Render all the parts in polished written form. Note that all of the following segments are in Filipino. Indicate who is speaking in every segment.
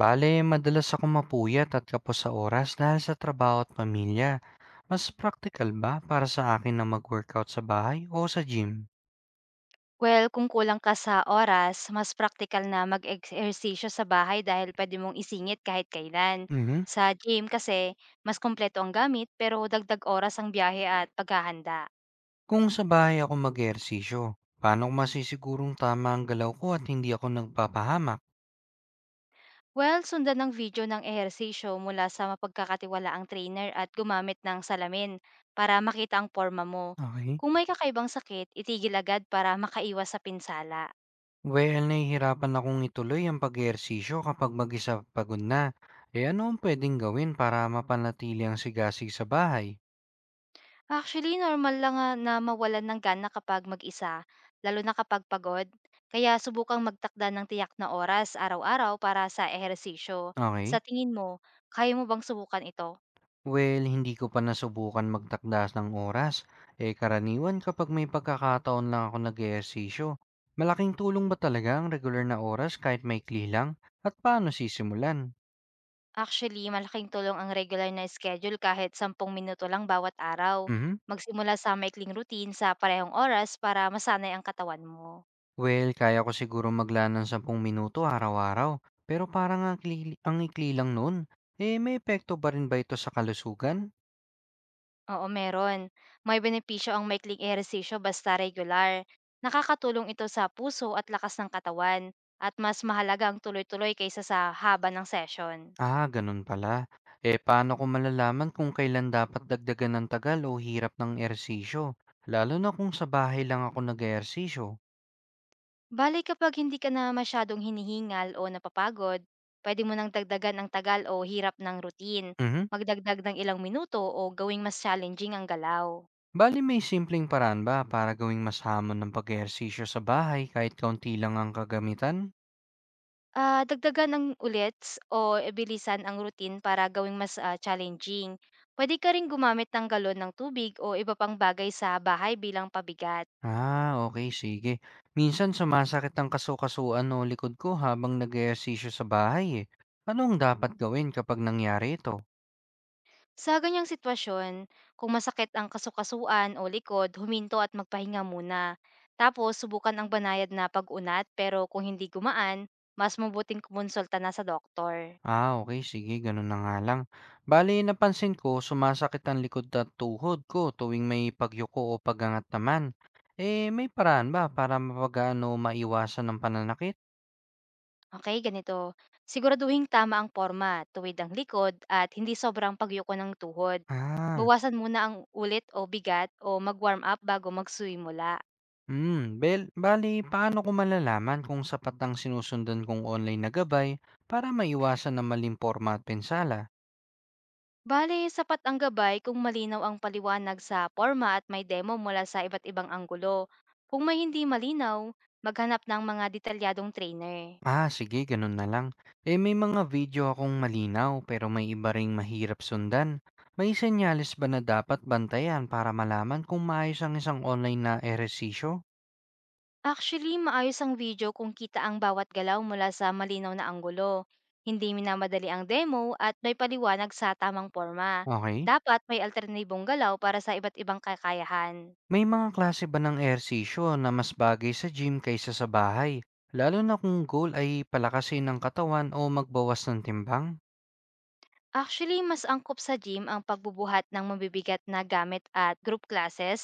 Speaker 1: Bale, madalas ako mapuyat at kapos sa oras dahil sa trabaho at pamilya. Mas practical ba para sa akin na mag-workout sa bahay o sa gym?
Speaker 2: Well, kung kulang ka sa oras, mas praktikal na mag-ehersisyo sa bahay dahil pwede mong isingit kahit kailan.
Speaker 1: Mhm.
Speaker 2: Sa gym kasi, mas kompleto ang gamit pero dagdag oras ang biyahe at paghahanda.
Speaker 1: Kung sa bahay ako mag-ehersisyo, paano ko masisigurong tama ang galaw ko at hindi ako nagpapahamak?
Speaker 2: Well, sundan ng video ng ehersisyo mula sa mapagkakatiwalaang trainer at gumamit ng salamin para makita ang forma mo.
Speaker 1: Okay.
Speaker 2: Kung may kakaibang sakit, itigil agad para makaiwas sa pinsala.
Speaker 1: Well, nahihirapan akong ituloy ang pag-ehersisyo kapag mag-isa pagod na. Eh, ano ang pwedeng gawin para mapanatili ang sigasig sa bahay?
Speaker 2: Actually, normal lang nga na mawalan ng gana kapag mag-isa, lalo na kapag pagod. Kaya subukang magtakda ng tiyak na oras araw-araw para sa ehersisyo. Sa
Speaker 1: Okay.
Speaker 2: tingin mo, kaya mo bang subukan ito?
Speaker 1: Well, hindi ko pa nasubukan magtakdas ng oras. Eh karaniwan kapag may pagkakataon lang ako nag-eehersisyo. Malaking tulong ba talaga ang regular na oras kahit maikli lang? At paano sisimulan?
Speaker 2: Actually, malaking tulong ang regular na schedule kahit sampung minuto lang bawat araw.
Speaker 1: Mhm.
Speaker 2: Magsimula sa maikling routine sa parehong oras para masanay ang katawan mo.
Speaker 1: Well, kaya ko siguro maglaan ng 10 minuto araw-araw. Pero parang ang ikli lang noon. Eh may epekto ba rin ba ito sa kalusugan?
Speaker 2: Oo, meron. May benepisyo ang maikling ehersisyo basta regular. Nakakatulong ito sa puso at lakas ng katawan at mas mahalaga ang tuloy-tuloy kaysa sa haba ng session.
Speaker 1: Ah, ganun pala. Eh, paano ko malalaman kung kailan dapat dagdagan ng tagal o hirap ng ehersisyo? Lalo na kung sa bahay lang ako nag-ehersisyo.
Speaker 2: Bali kapag hindi ka na masyadong hinihingal o napapagod, pwede mo nang dagdagan ang tagal o hirap ng routine,
Speaker 1: Mhm.
Speaker 2: magdagdag ng ilang minuto o gawing mas challenging ang galaw.
Speaker 1: Bali may simpleng paraan ba para gawing mas hamon ng pag-ehersisyo sa bahay kahit kaunti lang ang kagamitan?
Speaker 2: Ah, dagdagan ng ulits o bilisan ang routine para gawing mas challenging. Pwede ka rin gumamit ng galon ng tubig o iba pang bagay sa bahay bilang pabigat.
Speaker 1: Ah, okay, sige. Minsan sumasakit ang kasukasuan o likod ko habang nag-ehersisyo sa bahay eh. Ano ang dapat gawin kapag nangyari ito?
Speaker 2: Sa ganyang sitwasyon, kung masakit ang kasukasuan o likod, huminto at magpahinga muna. Tapos, subukan ang banayad na pag-unat pero kung hindi gumaan, mas mabuting kumonsulta na sa doktor.
Speaker 1: Ah, okay, sige gano'n na nga lang. Bale napansin ko sumasakit ang likod at tuhod ko tuwing may pagyuko o pag-angat naman. Eh, may paraan ba para mapagaan o maiwasan ng pananakit?
Speaker 2: Okay, ganito. Siguraduhing tama ang porma, tuwid ang likod at hindi sobrang pagyuko ng tuhod.
Speaker 1: Ah,
Speaker 2: Bawasan muna ang ulit o bigat o mag-warm up bago magsimula.
Speaker 1: hmm, bale paano ko malalaman kung sapat ang sinusundan kong online na gabay para maiwasan ng maling porma at pinsala?
Speaker 2: Bale, sapat ang gabay kung malinaw ang paliwanag sa porma at may demo mula sa iba't ibang anggulo. Kung may hindi malinaw, maghanap ng mga detalyadong trainer.
Speaker 1: Ah, sige, ganun na lang. Eh may mga video akong malinaw pero may iba ring mahirap sundan. May senyales ba na dapat bantayan para malaman kung maayos ang isang online na ehersisyo?
Speaker 2: Actually, maayos ang video kung kita ang bawat galaw mula sa malinaw na anggulo. Hindi minamadali ang demo at may paliwanag sa tamang forma.
Speaker 1: Okay.
Speaker 2: Dapat may alternatibong galaw para sa iba't ibang kakayahan.
Speaker 1: May mga klase ba ng ehersisyo na mas bagay sa gym kaysa sa bahay? Lalo na kung goal ay palakasin ng katawan o magbawas ng timbang?
Speaker 2: Actually, mas angkop sa gym ang pagbubuhat ng mabibigat na gamit at group classes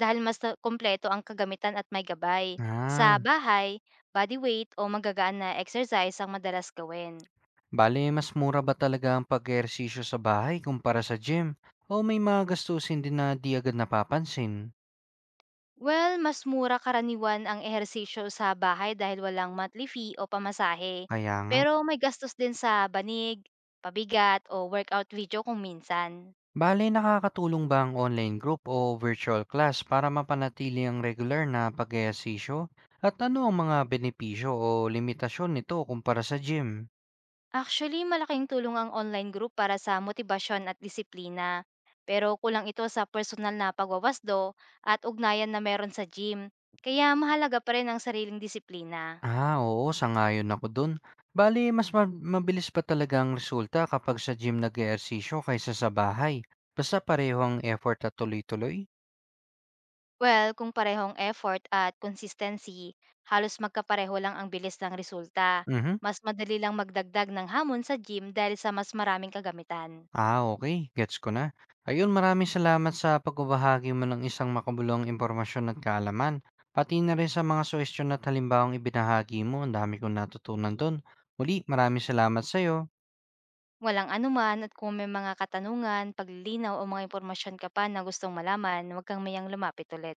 Speaker 2: dahil mas kompleto ang kagamitan at may gabay. Sa
Speaker 1: Ah,
Speaker 2: bahay, body weight o magagaan na exercise ang madalas gawin.
Speaker 1: bale mas mura ba talaga ang pag-ehersisyo sa bahay kumpara sa gym? O may mga gastusin din na di agad napapansin?
Speaker 2: Well, mas mura karaniwan ang ehersisyo sa bahay dahil walang monthly fee o pamasahe.
Speaker 1: Kaya nga.
Speaker 2: Pero may gastos din sa banig, pabigat o workout video kung minsan.
Speaker 1: Bale, nakakatulong ba ang online group o virtual class para mapanatili ang regular na pag at ano ang mga benepisyo o limitasyon nito kumpara sa gym?
Speaker 2: Actually, malaking tulong ang online group para sa motibasyon at disiplina. Pero kulang ito sa personal na pagwawasdo at ugnayan na meron sa gym. Kaya mahalaga pa rin ang sariling disiplina.
Speaker 1: Ah, oo, sangayon ako dun. Bale, mabilis pa talaga ang resulta kapag sa gym nag kaysa sa bahay. Basta pareho ang effort at tuloy-tuloy.
Speaker 2: Well, kung parehong effort at consistency, halos magkapareho lang ang bilis ng resulta.
Speaker 1: Mhm.
Speaker 2: Mas madali lang magdagdag ng hamon sa gym dahil sa mas maraming kagamitan.
Speaker 1: Ah, okay, gets ko na. Ayun, maraming salamat sa pagbabahagi mo ng isang makabuluhang impormasyon at kaalaman, pati na rin sa mga suhestiyon at halimbawang ibinahagi mo, ang dami kong natutunan dun. Muli, maraming salamat sa'yo.
Speaker 2: Walang anuman at kung may mga katanungan, paglilinaw o mga impormasyon ka pa na gustong malaman, huwag kang mayang lumapit ulit.